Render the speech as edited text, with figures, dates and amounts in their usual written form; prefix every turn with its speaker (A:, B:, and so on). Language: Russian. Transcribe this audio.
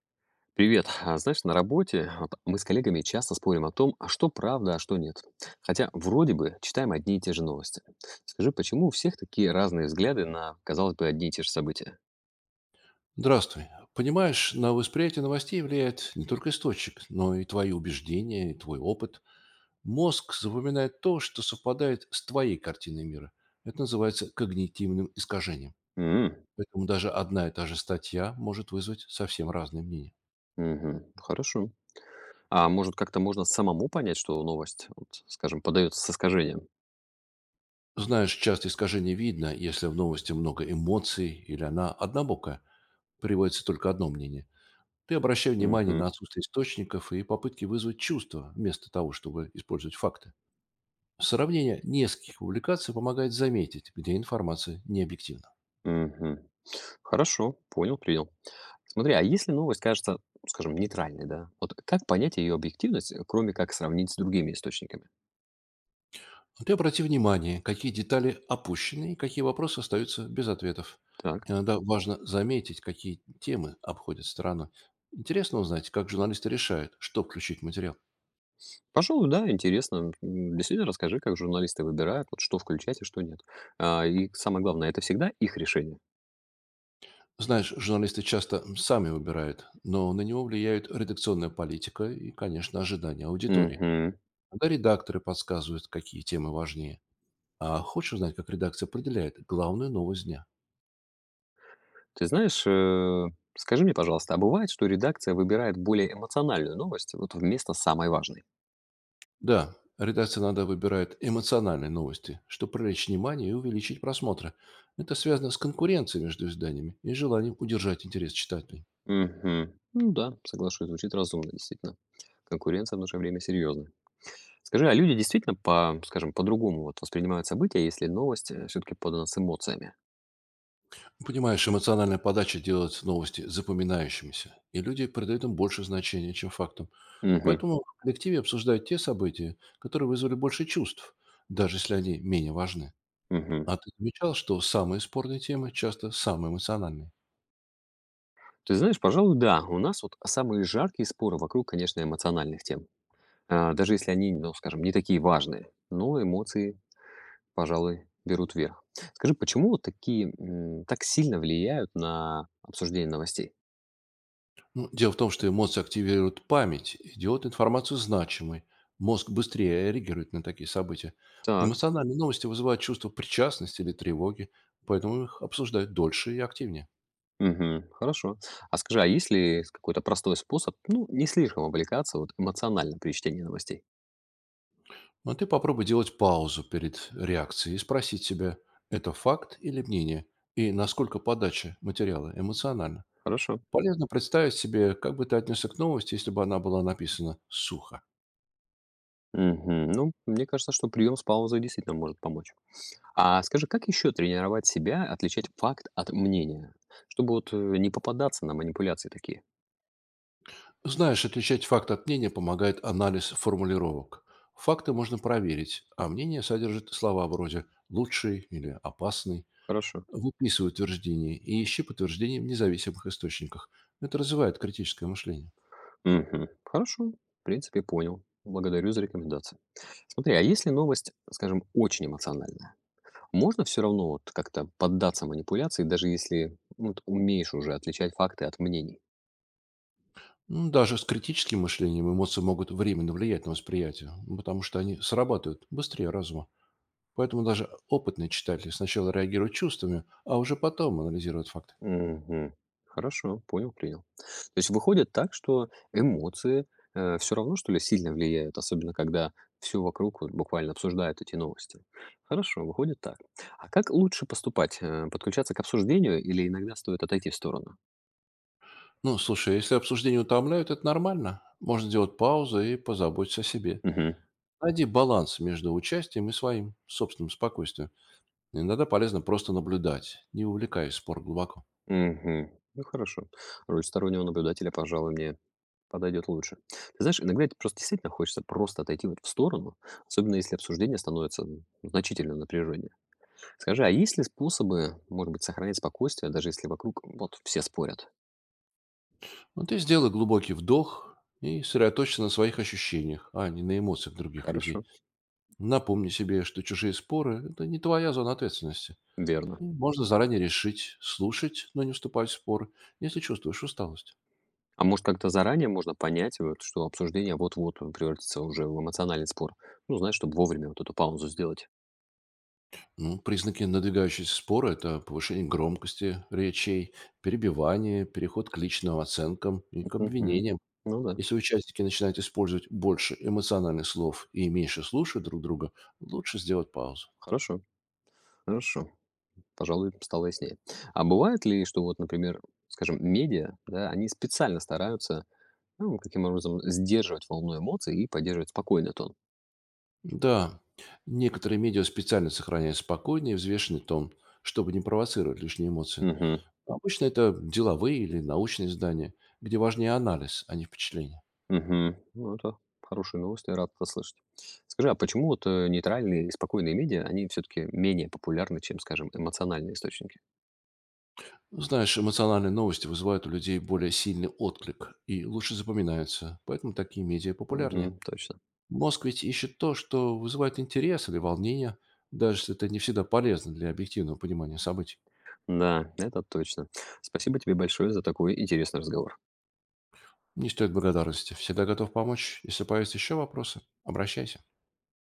A: Привет. А знаешь, на работе вот мы с коллегами часто спорим о том, а что правда, а что нет. Хотя вроде бы читаем одни и те же новости. Скажи, почему у всех такие разные взгляды на, казалось бы, одни и те же события?
B: Здравствуй. Понимаешь, на восприятие новостей влияет не только источник, но и твои убеждения, и твой опыт. Мозг запоминает то, что совпадает с твоей картиной мира. Это называется когнитивным искажением.
A: М.
B: Поэтому даже одна и та же статья может вызвать совсем разные мнения.
A: Мгм. Хорошо. А может, как-то можно самому понять, что новость, вот, скажем, подается с искажением?
B: Знаешь, часто искажение видно, если в новости много эмоций или она однобокая, приводится только одно мнение. Ты обращай внимание
A: Мгм,
B: на отсутствие источников и попытки вызвать чувства вместо того, чтобы использовать факты. Сравнение нескольких публикаций помогает заметить, где информация необъективна. Объективна.
A: мгм. Хорошо, понял, принял. Смотри, а если новость кажется, скажем, нейтральной, да, вот как понять ее объективность, кроме как сравнить с другими источниками?
B: Ты обрати внимание, какие детали опущены и какие вопросы остаются без ответов.
A: Так.
B: Иногда важно заметить, какие темы обходят стороной. Интересно узнать, как журналисты решают, что включить в материал.
A: Пожалуй, да, интересно. Действительно, расскажи, как журналисты выбирают, вот что включать и что нет. А, и самое главное, это всегда их решение.
B: Знаешь, журналисты часто сами выбирают, но на него влияют редакционная политика и, конечно, ожидания аудитории.
A: Мгм.
B: Когда редакторы подсказывают, какие темы важнее. А хочешь узнать, как редакция определяет главную новость дня?
A: Ты знаешь, скажи мне, пожалуйста, а бывает, что редакция выбирает более эмоциональную новость вот вместо самой важной?
B: Да, редакция иногда выбирает эмоциональные новости, чтобы привлечь внимание и увеличить просмотры. Это связано с конкуренцией между изданиями и желанием удержать интерес читателей.
A: Мгм. Ну да, соглашусь, звучит разумно, действительно. Конкуренция в наше время серьезная. Скажи, а люди действительно, скажем, по-другому вот воспринимают события, если новость все-таки подана с эмоциями?
B: Понимаешь, эмоциональная подача делает новости запоминающимися, и люди придают им больше значения, чем фактам.
A: Мгм.
B: Поэтому в коллективе обсуждают те события, которые вызвали больше чувств, даже если они менее важны.
A: Мгм.
B: А ты замечал, что самые спорные темы часто самые эмоциональные?
A: Ты знаешь, пожалуй, да. У нас вот самые жаркие споры вокруг, конечно, эмоциональных тем. А, даже если они, ну, скажем, не такие важные. Но эмоции, пожалуй, берут верх. Скажи, почему вот такие так сильно влияют на обсуждение новостей?
B: Ну, дело в том, что эмоции активируют память и делают информацию значимой. Мозг быстрее реагирует на такие события.
A: Так.
B: Эмоциональные новости вызывают чувство причастности или тревоги, поэтому их обсуждают дольше и активнее.
A: Мгм. Хорошо. А скажи, а есть ли какой-то простой способ, ну, не слишком увлекаться вот эмоционально при чтении новостей?
B: Но ты попробуй делать паузу перед реакцией и спросить себя, это факт или мнение, и насколько подача материала эмоциональна.
A: Хорошо.
B: Полезно представить себе, как бы ты отнесся к новости, если бы она была написана сухо.
A: Мгм. Ну, мне кажется, что прием с паузой действительно может помочь. А скажи, как еще тренировать себя отличать факт от мнения, чтобы вот не попадаться на манипуляции такие?
B: Знаешь, отличать факт от мнения помогает анализ формулировок. Факты можно проверить, а мнение содержит слова вроде «лучший» или «опасный».
A: Хорошо.
B: Выписывай утверждение и ищи подтверждение в независимых источниках. Это развивает критическое мышление.
A: Мгм. Хорошо. В принципе, понял. Благодарю за рекомендации. Смотри, а если новость, скажем, очень эмоциональная, можно все равно вот как-то поддаться манипуляции, даже если ну, вот умеешь уже отличать факты от мнений?
B: Даже с критическим мышлением эмоции могут временно влиять на восприятие, ну, потому что они срабатывают быстрее разума. Поэтому даже опытные читатели сначала реагируют чувствами, а уже потом анализируют факты.
A: Мгм. Хорошо, понял, принял. То есть выходит так, что эмоции, все равно, что ли, сильно влияют, особенно когда всё вокруг вот буквально обсуждают эти новости. Хорошо, выходит так. А как лучше поступать? Подключаться к обсуждению или иногда стоит отойти в сторону?
B: Ну, слушай, если обсуждения утомляют, это нормально. Можно делать паузу и позаботиться о себе.
A: Мгм.
B: Найди баланс между участием и своим собственным спокойствием. Иногда полезно просто наблюдать, не увлекаясь спор глубоко.
A: Мгм. Ну, хорошо. Роль стороннего наблюдателя, пожалуй, мне подойдет лучше. Ты знаешь, иногда это просто действительно хочется просто отойти вот в сторону, особенно если обсуждение становится, значительно напряженнее. Скажи, а есть ли способы, может быть, сохранять спокойствие, даже если вокруг вот все спорят?
B: Но ты сделай глубокий вдох и сосредоточься на своих ощущениях, а не на эмоциях других
A: Хорошо.
B: людей. Напомни себе, что чужие споры – это не твоя зона ответственности.
A: Верно.
B: Можно заранее решить, слушать, но не вступать в споры, если чувствуешь усталость.
A: А может, как-то заранее можно понять, вот, что обсуждение вот-вот превратится уже в эмоциональный спор? Ну, знаешь, чтобы вовремя вот эту паузу сделать.
B: Ну, признаки надвигающегося спора – это повышение громкости речей, перебивание, переход к личным оценкам и к
A: Мгм.
B: обвинениям.
A: Ну да,
B: Если участники начинают использовать больше эмоциональных слов и меньше слушают друг друга, лучше сделать паузу.
A: хорошо, хорошо. Пожалуй, стало яснее. А бывает ли, что вот, например, скажем, медиа, да, они специально стараются, ну, каким образом сдерживать волну эмоций и поддерживать спокойный тон?
B: Да, некоторые медиа специально сохраняют спокойный и взвешенный тон, чтобы не провоцировать лишние эмоции.
A: Мгм.
B: Обычно это деловые или научные издания, где важнее анализ, а не впечатление.
A: Мгм. Ну, это хорошие новости, рад это слышать. Скажи, а почему вот нейтральные и спокойные медиа, они все-таки менее популярны, чем, скажем, эмоциональные источники?
B: Знаешь, эмоциональные новости вызывают у людей более сильный отклик и лучше запоминаются, поэтому такие медиа популярнее.
A: Мгм, точно.
B: Мозг ведь ищет то, что вызывает интерес или волнение, даже если это не всегда полезно для объективного понимания событий.
A: Да, это точно. Спасибо тебе большое за такой интересный разговор.
B: Не стоит благодарности. Всегда готов помочь. Если появятся еще вопросы, обращайся.